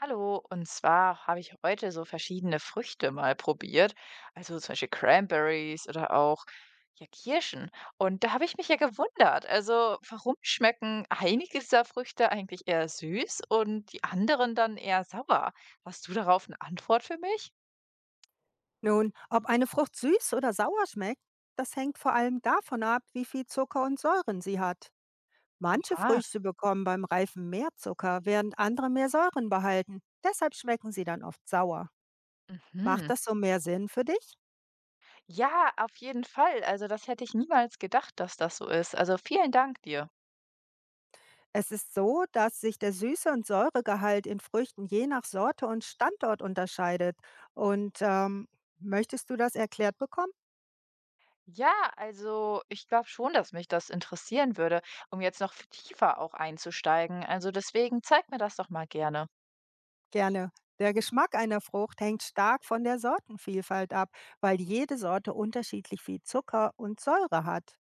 Hallo, und zwar habe ich heute so verschiedene Früchte mal probiert, also zum Beispiel Cranberries oder auch ja, Kirschen. Und da habe ich mich ja gewundert, also warum schmecken einige dieser Früchte eigentlich eher süß und die anderen dann eher sauer? Hast du darauf eine Antwort für mich? Nun, ob eine Frucht süß oder sauer schmeckt, das hängt vor allem davon ab, wie viel Zucker und Säuren sie hat. Manche Aha, Früchte bekommen beim Reifen mehr Zucker, während andere mehr Säuren behalten. Deshalb schmecken sie dann oft sauer. Macht mhm. das so mehr Sinn für dich? Ja, auf jeden Fall. Also das hätte ich niemals gedacht, dass das so ist. Also vielen Dank dir. Es ist so, dass sich der Süße- und Säuregehalt in Früchten je nach Sorte und Standort unterscheidet. Und ähm, Möchtest du das erklärt bekommen? Ja, also ich glaube schon, dass mich das interessieren würde, um jetzt noch tiefer auch einzusteigen. Also deswegen zeig mir das doch mal gerne. Gerne. Der Geschmack einer Frucht hängt stark von der Sortenvielfalt ab, weil jede Sorte unterschiedlich viel Zucker und Säure hat.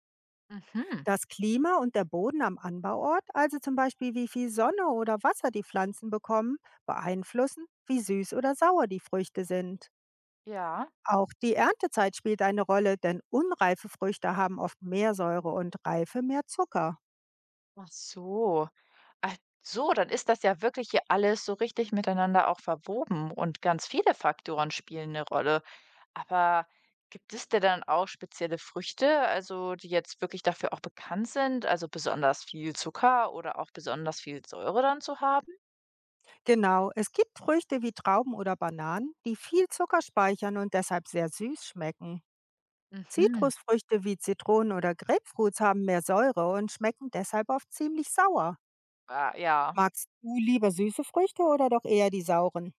Mhm. Das Klima und der Boden am Anbauort, also zum Beispiel wie viel Sonne oder Wasser die Pflanzen bekommen, beeinflussen, wie süß oder sauer die Früchte sind. Ja, Auch die Erntezeit spielt eine Rolle, denn unreife Früchte haben oft mehr Säure und reife mehr Zucker. ach so. Ach so, dann ist das ja wirklich hier alles so richtig miteinander auch verwoben und ganz viele Faktoren spielen eine Rolle. Aber gibt es denn dann auch spezielle Früchte, also die jetzt wirklich dafür auch bekannt sind, also besonders viel Zucker oder auch besonders viel Säure dann zu haben? Genau, es gibt Früchte wie Trauben oder Bananen, die viel Zucker speichern und deshalb sehr süß schmecken. Mhm. Zitrusfrüchte wie Zitronen oder Grapefruits haben mehr Säure und schmecken deshalb oft ziemlich sauer. Ah, ja. Magst du lieber süße Früchte oder doch eher die sauren?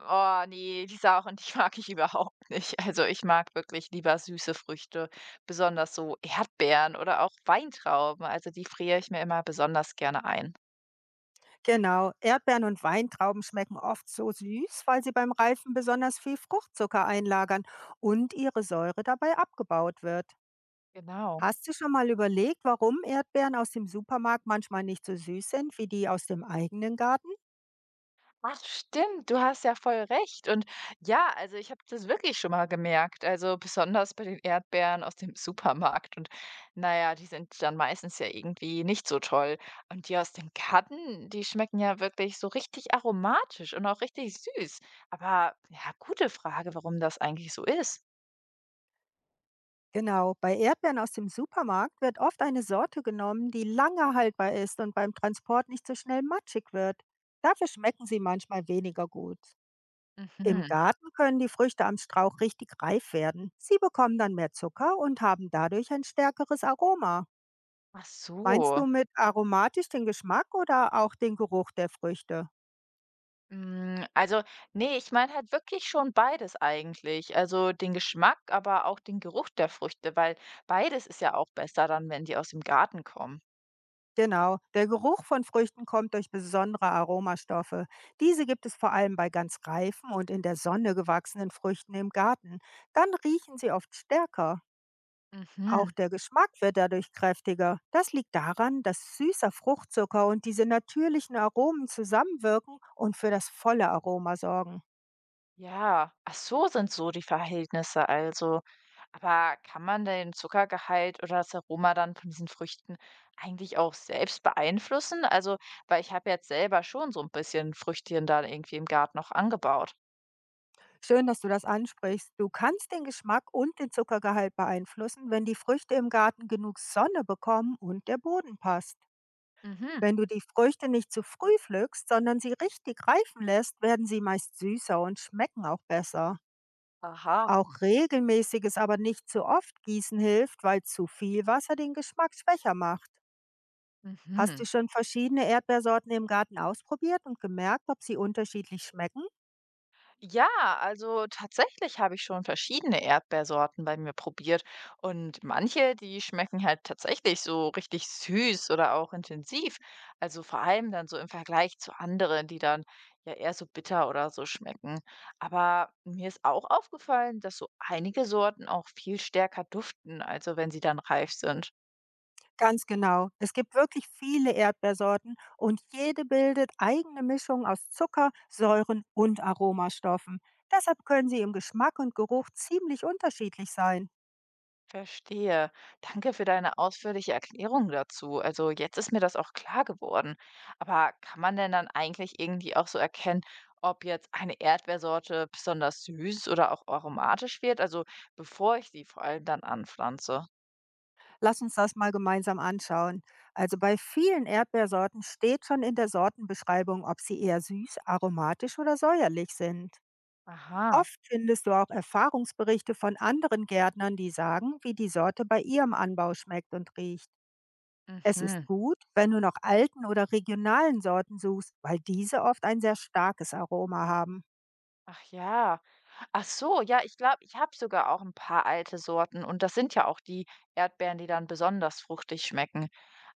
Oh ne, die Sauren, die mag ich überhaupt nicht. Also, ich mag wirklich lieber süße Früchte, besonders so Erdbeeren oder auch Weintrauben. Also, die friere ich mir immer besonders gerne ein. Genau, Erdbeeren und Weintrauben schmecken oft so süß, weil sie beim Reifen besonders viel Fruchtzucker einlagern und ihre Säure dabei abgebaut wird. Genau. Hast du schon mal überlegt, warum Erdbeeren aus dem Supermarkt manchmal nicht so süß sind wie die aus dem eigenen Garten? Ach stimmt, du hast ja voll recht. Und ja, also ich habe das wirklich schon mal gemerkt. Also besonders bei den Erdbeeren aus dem Supermarkt. Und naja, die sind dann meistens ja irgendwie nicht so toll. Und die aus dem Garten, die schmecken ja wirklich so richtig aromatisch und auch richtig süß. Aber ja, gute Frage, warum das eigentlich so ist. Genau, bei Erdbeeren aus dem Supermarkt wird oft eine Sorte genommen, die lange haltbar ist und beim Transport nicht so schnell matschig wird. Dafür schmecken sie manchmal weniger gut. Im Mhm. Garten können die Früchte am Strauch richtig reif werden. Sie bekommen dann mehr Zucker und haben dadurch ein stärkeres Aroma. Ach Meinst so. du mit aromatisch den Geschmack oder auch den Geruch der Früchte? Hm, also, nee, ich meine halt wirklich schon beides eigentlich. Also, den Geschmack, aber auch den Geruch der Früchte, weil beides ist ja auch besser dann, wenn die aus dem Garten kommen. Genau, der Geruch von Früchten kommt durch besondere Aromastoffe. Diese gibt es vor allem bei ganz reifen und in der Sonne gewachsenen Früchten im Garten. Dann riechen sie oft stärker. Auch Mhm. der Geschmack wird dadurch kräftiger. Das liegt daran, dass süßer Fruchtzucker und diese natürlichen Aromen zusammenwirken und für das volle Aroma sorgen. Ja. Ach so, sind so die Verhältnisse also. Aber kann man den Zuckergehalt oder das Aroma dann von diesen Früchten eigentlich auch selbst beeinflussen? Also, weil ich habe jetzt selber schon so ein bisschen Früchtchen da irgendwie im Garten noch angebaut. Schön, dass du das ansprichst. Du kannst den Geschmack und den Zuckergehalt beeinflussen, wenn die Früchte im Garten genug Sonne bekommen und der Boden passt. Mhm. Wenn du die Früchte nicht zu früh pflückst, sondern sie richtig reifen lässt, werden sie meist süßer und schmecken auch besser. Aha. Auch regelmäßiges, aber nicht zu oft Gießen hilft, weil zu viel Wasser den Geschmack schwächer macht. Hast du Mhm. schon verschiedene Erdbeersorten im Garten ausprobiert und gemerkt, ob sie unterschiedlich schmecken? Ja, also tatsächlich habe ich schon verschiedene Erdbeersorten bei mir probiert und manche, die schmecken halt tatsächlich so richtig süß oder auch intensiv. Also vor allem dann so im Vergleich zu anderen, die dann ja eher so bitter oder so schmecken. Aber mir ist auch aufgefallen, dass so einige Sorten auch viel stärker duften, also wenn sie dann reif sind. Ganz genau. Es gibt wirklich viele Erdbeersorten und jede bildet eigene Mischungen aus Zucker, Säuren und Aromastoffen. Deshalb können sie im Geschmack und Geruch ziemlich unterschiedlich sein. Verstehe. Danke für deine ausführliche Erklärung dazu. Also jetzt ist mir das auch klar geworden. Aber kann man denn dann eigentlich irgendwie auch so erkennen, ob jetzt eine Erdbeersorte besonders süß oder auch aromatisch wird? Also bevor ich sie vor allem dann anpflanze. Lass uns das mal gemeinsam anschauen. Also bei vielen Erdbeersorten steht schon in der Sortenbeschreibung, ob sie eher süß, aromatisch oder säuerlich sind. Aha. Oft findest du auch Erfahrungsberichte von anderen Gärtnern, die sagen, wie die Sorte bei ihrem Anbau schmeckt und riecht. Es ist Mhm. gut, wenn du nach alten oder regionalen Sorten suchst, weil diese oft ein sehr starkes Aroma haben. Ach ja. Ach so, ja, ich glaube, ich habe sogar auch ein paar alte Sorten und das sind ja auch die Erdbeeren, die dann besonders fruchtig schmecken.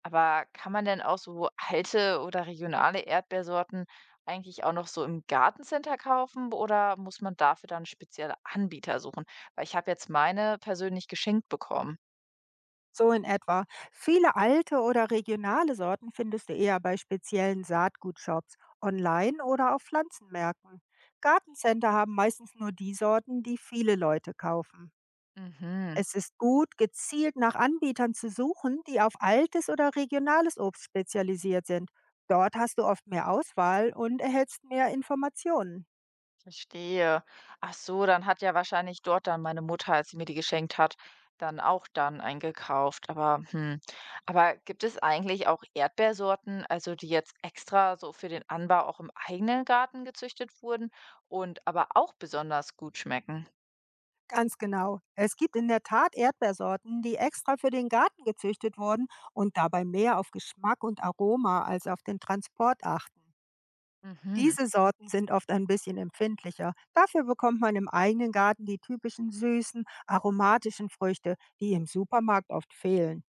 Aber kann man denn auch so alte oder regionale Erdbeersorten eigentlich auch noch so im Gartencenter kaufen oder muss man dafür dann spezielle Anbieter suchen? Weil ich habe jetzt meine persönlich geschenkt bekommen. So in etwa. Viele alte oder regionale Sorten findest du eher bei speziellen Saatgutshops, online oder auf Pflanzenmärkten. Gartencenter haben meistens nur die Sorten, die viele Leute kaufen. Mhm. Es ist gut, gezielt nach Anbietern zu suchen, die auf altes oder regionales Obst spezialisiert sind. Dort hast du oft mehr Auswahl und erhältst mehr Informationen. Verstehe. Ach so, dann hat ja wahrscheinlich dort dann meine Mutter, als sie mir die geschenkt hat, dann auch dann eingekauft. Aber, hm. Aber gibt es eigentlich auch Erdbeersorten, also die jetzt extra so für den Anbau auch im eigenen Garten gezüchtet wurden und aber auch besonders gut schmecken? Ganz genau. Es gibt in der Tat Erdbeersorten, die extra für den Garten gezüchtet wurden und dabei mehr auf Geschmack und Aroma als auf den Transport achten. Mhm. Diese Sorten sind oft ein bisschen empfindlicher. Dafür bekommt man im eigenen Garten die typischen süßen, aromatischen Früchte, die im Supermarkt oft fehlen.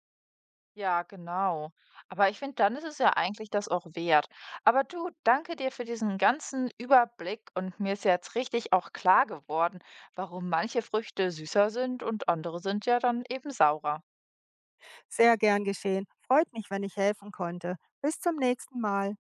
Ja, genau. Aber ich finde, dann ist es ja eigentlich das auch wert. Aber du, danke dir für diesen ganzen Überblick und mir ist ja jetzt richtig auch klar geworden, warum manche Früchte süßer sind und andere sind ja dann eben saurer. Sehr gern geschehen. Freut mich, wenn ich helfen konnte. Bis zum nächsten Mal.